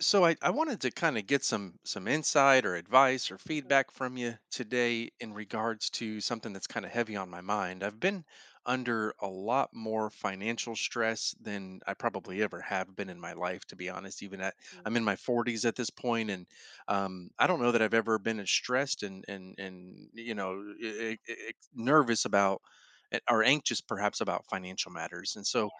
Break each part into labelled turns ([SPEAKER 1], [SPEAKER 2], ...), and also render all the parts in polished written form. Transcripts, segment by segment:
[SPEAKER 1] So I wanted to kind of get some insight or advice or
[SPEAKER 2] Mhm.
[SPEAKER 1] feedback from you
[SPEAKER 2] Mhm.
[SPEAKER 1] today in regards to something that's kind of heavy on my mind. I've been under a lot more financial stress than I probably ever have been in my life, to be honest. Even at I'm
[SPEAKER 2] Mhm.
[SPEAKER 1] in my 40s at this point, and I don't know that I've ever been as stressed and nervous about or anxious perhaps about financial matters. And
[SPEAKER 2] Yeah.
[SPEAKER 1] so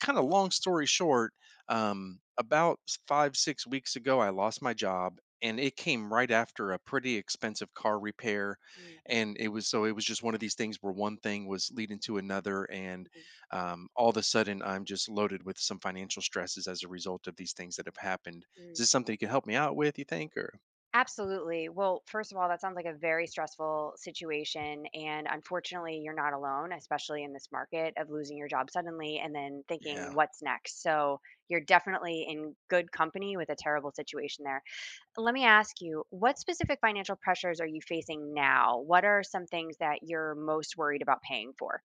[SPEAKER 1] kind of long story short, about five, six weeks ago, I lost my job and it came right after a pretty expensive car repair.
[SPEAKER 2] Mm.
[SPEAKER 1] And it was just one of these things where one thing was leading to another. And
[SPEAKER 2] Mhm.
[SPEAKER 1] all of a sudden, I'm just loaded with some financial stresses as a result of these things that have happened. Is
[SPEAKER 2] Mm.
[SPEAKER 1] this something you can help me out with, you think? Or,
[SPEAKER 2] Absolutely. Well, first of all, that sounds like a very stressful situation. And unfortunately, you're not alone, especially in this market of losing your job suddenly and then thinking,
[SPEAKER 1] yeah.
[SPEAKER 2] what's next? So you're definitely in good company with a terrible situation there. Let me ask you, what specific financial pressures are you facing now? What are some things that you're most worried about paying for?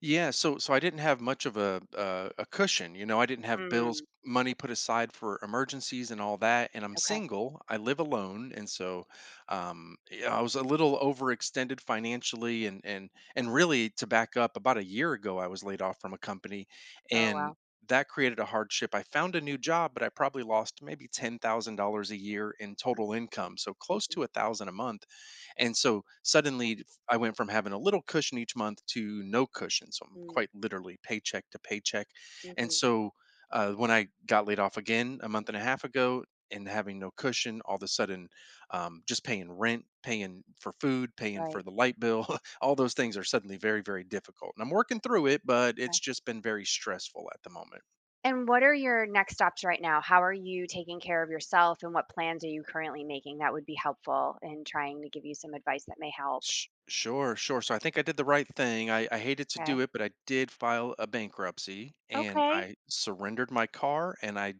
[SPEAKER 1] Yeah, so I didn't have much of a cushion, you know. I didn't have bills,
[SPEAKER 2] Mm.
[SPEAKER 1] money put aside for emergencies and all that. And I'm
[SPEAKER 2] Okay.
[SPEAKER 1] single. I live alone, and so yeah, I was a little overextended financially. And really, to back up, about a year ago, I was laid off from a company,
[SPEAKER 2] Oh,
[SPEAKER 1] and
[SPEAKER 2] wow.
[SPEAKER 1] that created a hardship. I found a new job, but I probably lost maybe $10,000 a year in
[SPEAKER 2] Mhm.
[SPEAKER 1] total income, so close
[SPEAKER 2] Mhm.
[SPEAKER 1] to 1,000 a month. And so suddenly I went from having a little cushion each month to no cushion. So I'm
[SPEAKER 2] Mm.
[SPEAKER 1] quite literally paycheck to paycheck. And
[SPEAKER 2] Mhm.
[SPEAKER 1] so when I got laid off again a month and a half ago and having no cushion, all of a sudden, just paying rent, paying for food, paying for
[SPEAKER 2] Right.
[SPEAKER 1] the light bill, all those
[SPEAKER 2] Mm.
[SPEAKER 1] things are suddenly very, very difficult. And I'm working through it, but
[SPEAKER 2] Okay.
[SPEAKER 1] it's just been very stressful at the moment.
[SPEAKER 2] And what are your next steps right now? How are you taking care of yourself and what plans are you currently making that would be helpful in trying to give you some advice that may help?
[SPEAKER 1] Sure, sure. So I think I did the right thing. I hated to do
[SPEAKER 2] Okay.
[SPEAKER 1] it, but I did file a bankruptcy and
[SPEAKER 2] Okay.
[SPEAKER 1] I surrendered my car, and I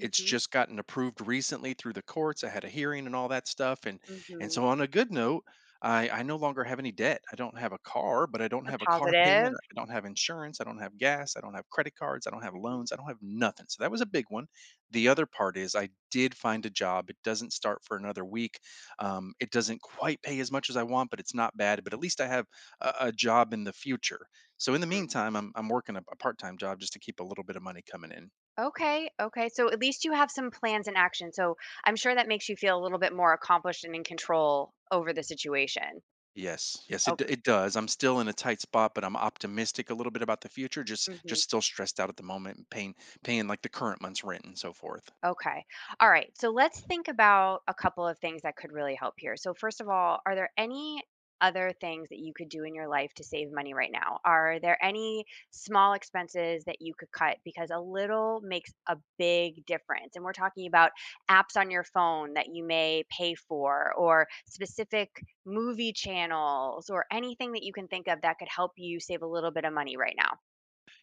[SPEAKER 1] it's just gotten approved recently through the courts. I had a hearing and all that stuff. And
[SPEAKER 2] Mhm.
[SPEAKER 1] so on a good note, I no longer have any debt. I don't have a car, but I don't
[SPEAKER 2] The
[SPEAKER 1] have a car payment.
[SPEAKER 2] positive.
[SPEAKER 1] I don't have insurance, I don't have gas, I don't have credit cards, I don't have
[SPEAKER 2] Mhm.
[SPEAKER 1] loans, I don't have nothing. So that was a big one. The other part is I did find a job. It doesn't start for another week. It doesn't quite pay as much as I want, but it's not bad. But at least I have a job in the future. So in the
[SPEAKER 2] Mhm.
[SPEAKER 1] meantime, I'm working a part time job just to keep a little bit of money coming in.
[SPEAKER 2] Okay. Okay. So at least you have some plans in action. So I'm sure that makes you feel a little bit more accomplished and in control over the situation.
[SPEAKER 1] Yes, yes,
[SPEAKER 2] Okay.
[SPEAKER 1] it does. I'm still in a tight spot, but I'm optimistic a little bit about the future. Just still stressed out at the moment, and paying like the current month's rent and so forth.
[SPEAKER 2] Okay. All right. So let's think about a couple of things that could really help here. So, first of all, are there any other things that you could do in your life to save money right now? Are there any small expenses that you could cut? Because a little makes a big difference. And we're talking about apps on your phone that you may pay for, or specific movie channels, or anything that you can think of that could help you save a little bit of money right now.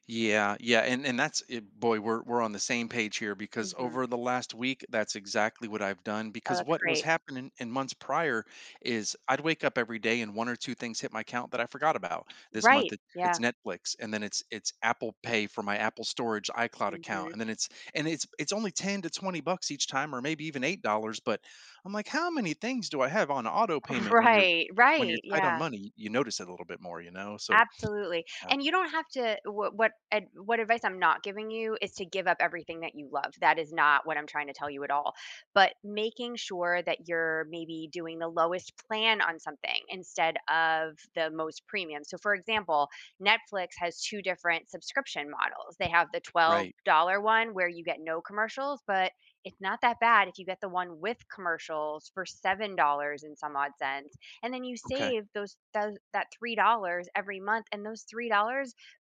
[SPEAKER 1] Yeah, yeah, and that's it, boy, we're on the same page here because
[SPEAKER 2] Hmm.
[SPEAKER 1] over the last week, that's exactly what I've done.
[SPEAKER 2] Oh,
[SPEAKER 1] Because
[SPEAKER 2] that's
[SPEAKER 1] what was
[SPEAKER 2] great.
[SPEAKER 1] happening in months prior is I'd wake up every day and 1 or 2 things hit my account that I forgot about. This month
[SPEAKER 2] Right. Yeah.
[SPEAKER 1] it's Netflix, and then it's Apple Pay for my Apple Storage iCloud account, and
[SPEAKER 2] Hmm.
[SPEAKER 1] then it's and it's it's only $10 to $20 each time, or maybe even $8. But I'm like, how many things do I have on auto payment
[SPEAKER 2] Right,
[SPEAKER 1] when you're
[SPEAKER 2] right,
[SPEAKER 1] tight on
[SPEAKER 2] yeah,
[SPEAKER 1] money? You notice it a little bit more, you know. So
[SPEAKER 2] absolutely,
[SPEAKER 1] yeah,
[SPEAKER 2] and you don't have to what ad what advice, I'm not giving you, is to give up everything that you love. That is not what I'm trying to tell you at all, but making sure that you're maybe doing the lowest plan on something instead of the most premium. So, for example, Netflix has 2 different subscription models. They have the
[SPEAKER 1] right,
[SPEAKER 2] $12 one where you get no commercials, but it's not that bad if you get the one with commercials for $7 and some odd cents. And then you
[SPEAKER 1] okay,
[SPEAKER 2] save those that $3 every month, and those $3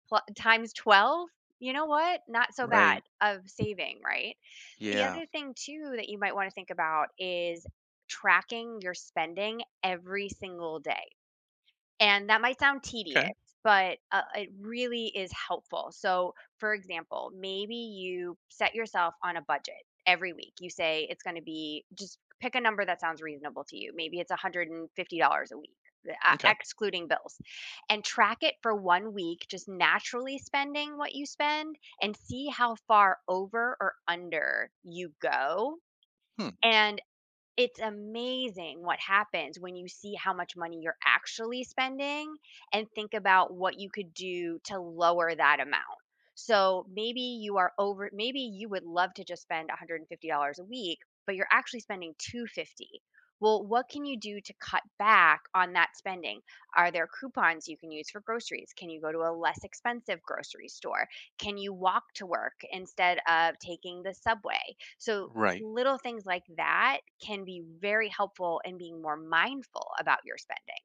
[SPEAKER 2] times 12. You know what, not so bad
[SPEAKER 1] right.
[SPEAKER 2] of saving, right? The
[SPEAKER 1] Yeah.
[SPEAKER 2] other thing too that you might want to think about is tracking your spending every single day, and that might sound
[SPEAKER 1] Okay.
[SPEAKER 2] tedious, but it really is helpful. So, for example, maybe you set yourself on a budget every week. You say it's gonna be, just pick a number that sounds reasonable to you. Maybe it's $150 a week, e
[SPEAKER 1] Okay.
[SPEAKER 2] excluding bills, and track it for one week, just naturally spending what you spend, and see how far over or under you go.
[SPEAKER 1] Hmm.
[SPEAKER 2] And it's amazing what happens when you see how much money you're actually spending and think about what you could do to lower that amount. So maybe you are over, maybe you would love to just spend $150 a week, but you're actually spending 250. Well, what can you do to cut back on that spending? Are there coupons you can use for groceries? Can you go to a less expensive grocery store? Can you walk to work instead of taking the subway? So
[SPEAKER 1] Right.
[SPEAKER 2] little things like that can be very helpful in being more mindful about your spending.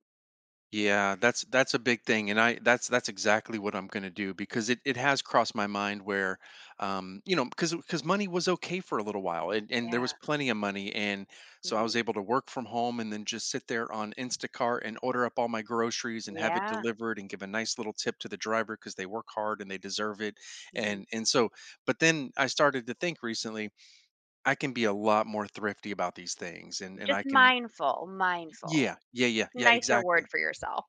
[SPEAKER 1] Yeah, that's a big thing, and I that's exactly what I'm going to do because it has crossed my mind where, you know, because money was okay for a little while, and
[SPEAKER 2] Yeah.
[SPEAKER 1] there was plenty of money, and so I
[SPEAKER 2] Mhm.
[SPEAKER 1] was able to work from home and then just sit there on Instacart and order up all my groceries and have it
[SPEAKER 2] Yeah.
[SPEAKER 1] delivered and give a nice little tip to the driver because they work hard and they deserve it,
[SPEAKER 2] Mhm.
[SPEAKER 1] and so, but then I started to think recently, I can be a lot more thrifty about these things and
[SPEAKER 2] Just
[SPEAKER 1] I can.
[SPEAKER 2] mindful, mindful.
[SPEAKER 1] Yeah, yeah, yeah, yeah,
[SPEAKER 2] Nicer word
[SPEAKER 1] exactly,
[SPEAKER 2] for yourself.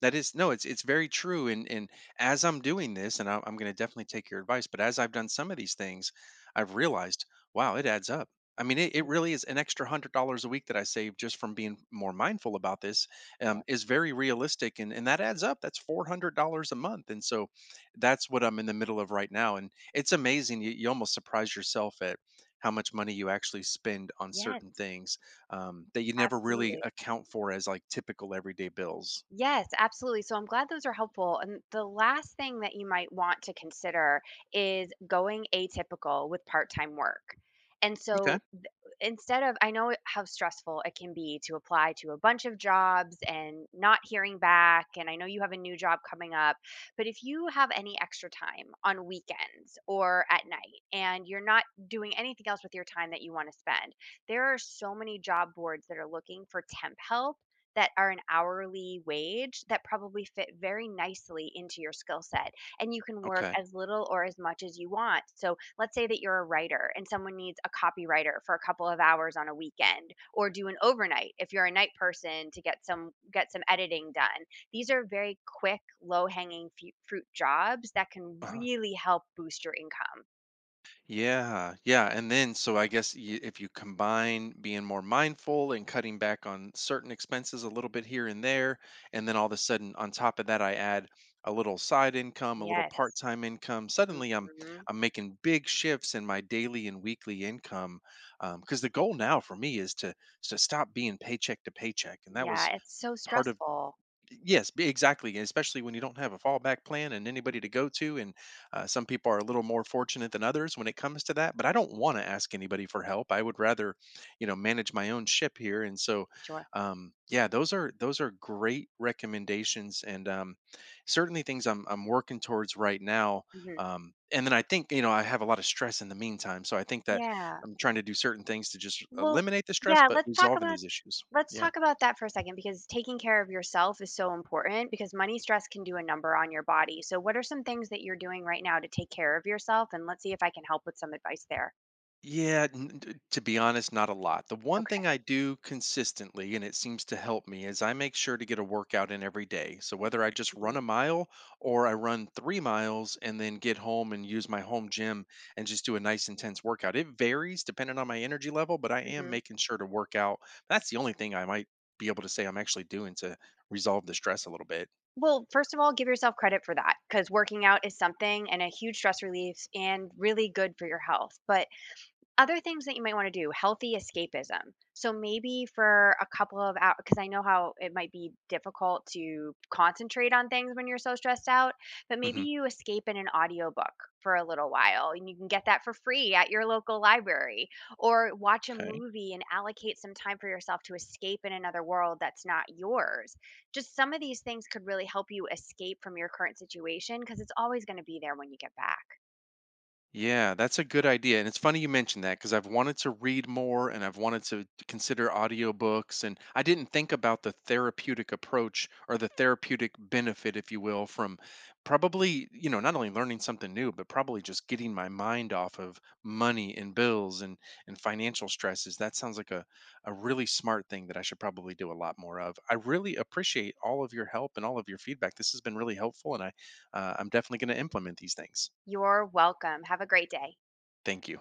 [SPEAKER 1] that is no, it's very true. And as I'm doing this, and I'm going to definitely take your advice, but as I've done some of these things, I've realized, wow, it adds up. I mean,
[SPEAKER 2] Mm.
[SPEAKER 1] it really is an extra $100 a week that I save just from being more mindful about this.
[SPEAKER 2] Yep.
[SPEAKER 1] Is very realistic, and that adds up. That's $400 a month, and so that's what I'm in the middle of right now. And it's amazing. You almost surprise yourself at how much money you actually spend on certain
[SPEAKER 2] Yes,
[SPEAKER 1] things that you never really
[SPEAKER 2] absolutely.
[SPEAKER 1] account for as like typical everyday bills.
[SPEAKER 2] Yes, absolutely. So I'm glad those are helpful. And the last thing that you might want to consider is going atypical with part time work. And
[SPEAKER 1] Okay.
[SPEAKER 2] so instead of, I know how stressful it can be to apply to a bunch of jobs and not hearing back, and I know you have a new job coming up, but if you have any extra time on weekends or at night and you're not doing anything else with your time that you want to spend, there are so many job boards that are looking for temp help that are an hourly wage that probably fit very nicely into your skill set, and you can work
[SPEAKER 1] Okay.
[SPEAKER 2] as little or as much as you want. So let's say that you're a writer and someone needs a copywriter for a couple of hours on a weekend or do an overnight if you're a night person to get some editing done. These are very quick low hanging fruit jobs that can
[SPEAKER 1] Uh-huh.
[SPEAKER 2] really help boost your income.
[SPEAKER 1] Yeah, yeah, and then so I guess if you combine being more mindful and cutting back on certain expenses a little bit here and there, and then all of a sudden on top of that I add a little side income, a little
[SPEAKER 2] Yes.
[SPEAKER 1] part-time income. Suddenly I'm
[SPEAKER 2] Hmm.
[SPEAKER 1] I'm making big shifts in my daily and weekly income. Because the goal now for me is to stop being paycheck to paycheck, and that
[SPEAKER 2] Yeah,
[SPEAKER 1] was
[SPEAKER 2] it's so
[SPEAKER 1] part of
[SPEAKER 2] stressful.
[SPEAKER 1] Yes, b exactly, and especially when you don't have a fallback plan and anybody to
[SPEAKER 2] Mhm.
[SPEAKER 1] go to, and, some people are a little more fortunate than others when it comes to that, but I don't wanna ask anybody for help, I would rather, you know, manage my own ship here, and so,
[SPEAKER 2] Sure.
[SPEAKER 1] yeah, those are great recommendations and, certainly things I'm working towards right now,
[SPEAKER 2] Hmm.
[SPEAKER 1] and then I think, you know, I have a lot of stress in the meantime, so I think that
[SPEAKER 2] Yeah.
[SPEAKER 1] I'm trying to do certain things to just
[SPEAKER 2] Well,
[SPEAKER 1] eliminate the stress,
[SPEAKER 2] yeah,
[SPEAKER 1] but resolving these issues.
[SPEAKER 2] let's
[SPEAKER 1] Yeah.
[SPEAKER 2] talk about that for a second, because taking care of yourself is so important. Because money stress can do a number on your body. So what are some things that you're doing right now to take care of yourself? And let's see if I can help with some advice there.
[SPEAKER 1] Yeah, to be honest, not a lot. The one thing I do consistently, and it seems to help me, is I make sure to get a workout in every day. So whether I just
[SPEAKER 2] Okay. Hmm.
[SPEAKER 1] run a mile or I run 3 miles and then get home and use my home gym and just do a nice intense workout, it varies depending on my energy level, but I am
[SPEAKER 2] Hmm.
[SPEAKER 1] making sure to work out. That's the only thing I might be able to say I'm actually doing to resolve the stress a little bit.
[SPEAKER 2] Well, first of all, give yourself credit for that because working out is something and a huge stress relief and really good for your health. But other things that you might wanna do, healthy escapism. So maybe for a couple of hours, because I know how it might be difficult to concentrate on things when you're so stressed out, but maybe
[SPEAKER 1] Mhm.
[SPEAKER 2] you escape in an audiobook for a little while, and you can get that for free at your local library, or watch a
[SPEAKER 1] Okay.
[SPEAKER 2] movie and allocate some time for yourself to escape in another world that's not yours. Just some of these things could really help you escape from your current situation because it's always gonna be there when you get back.
[SPEAKER 1] Yeah, that's a good idea. And it's funny you mentioned that because I've wanted to read more and I've wanted to consider audiobooks. And I didn't think about the therapeutic approach or the therapeutic benefit, if you will, from probably, you know, not only learning something new, but probably just getting my mind off of money and bills and financial stresses. That sounds like a really smart thing that I should probably do a lot more of. I really appreciate all of your help and all of your feedback. This has been really helpful, and I I'm definitely going to implement these things.
[SPEAKER 2] You're welcome. Have a great day.
[SPEAKER 1] Thank you.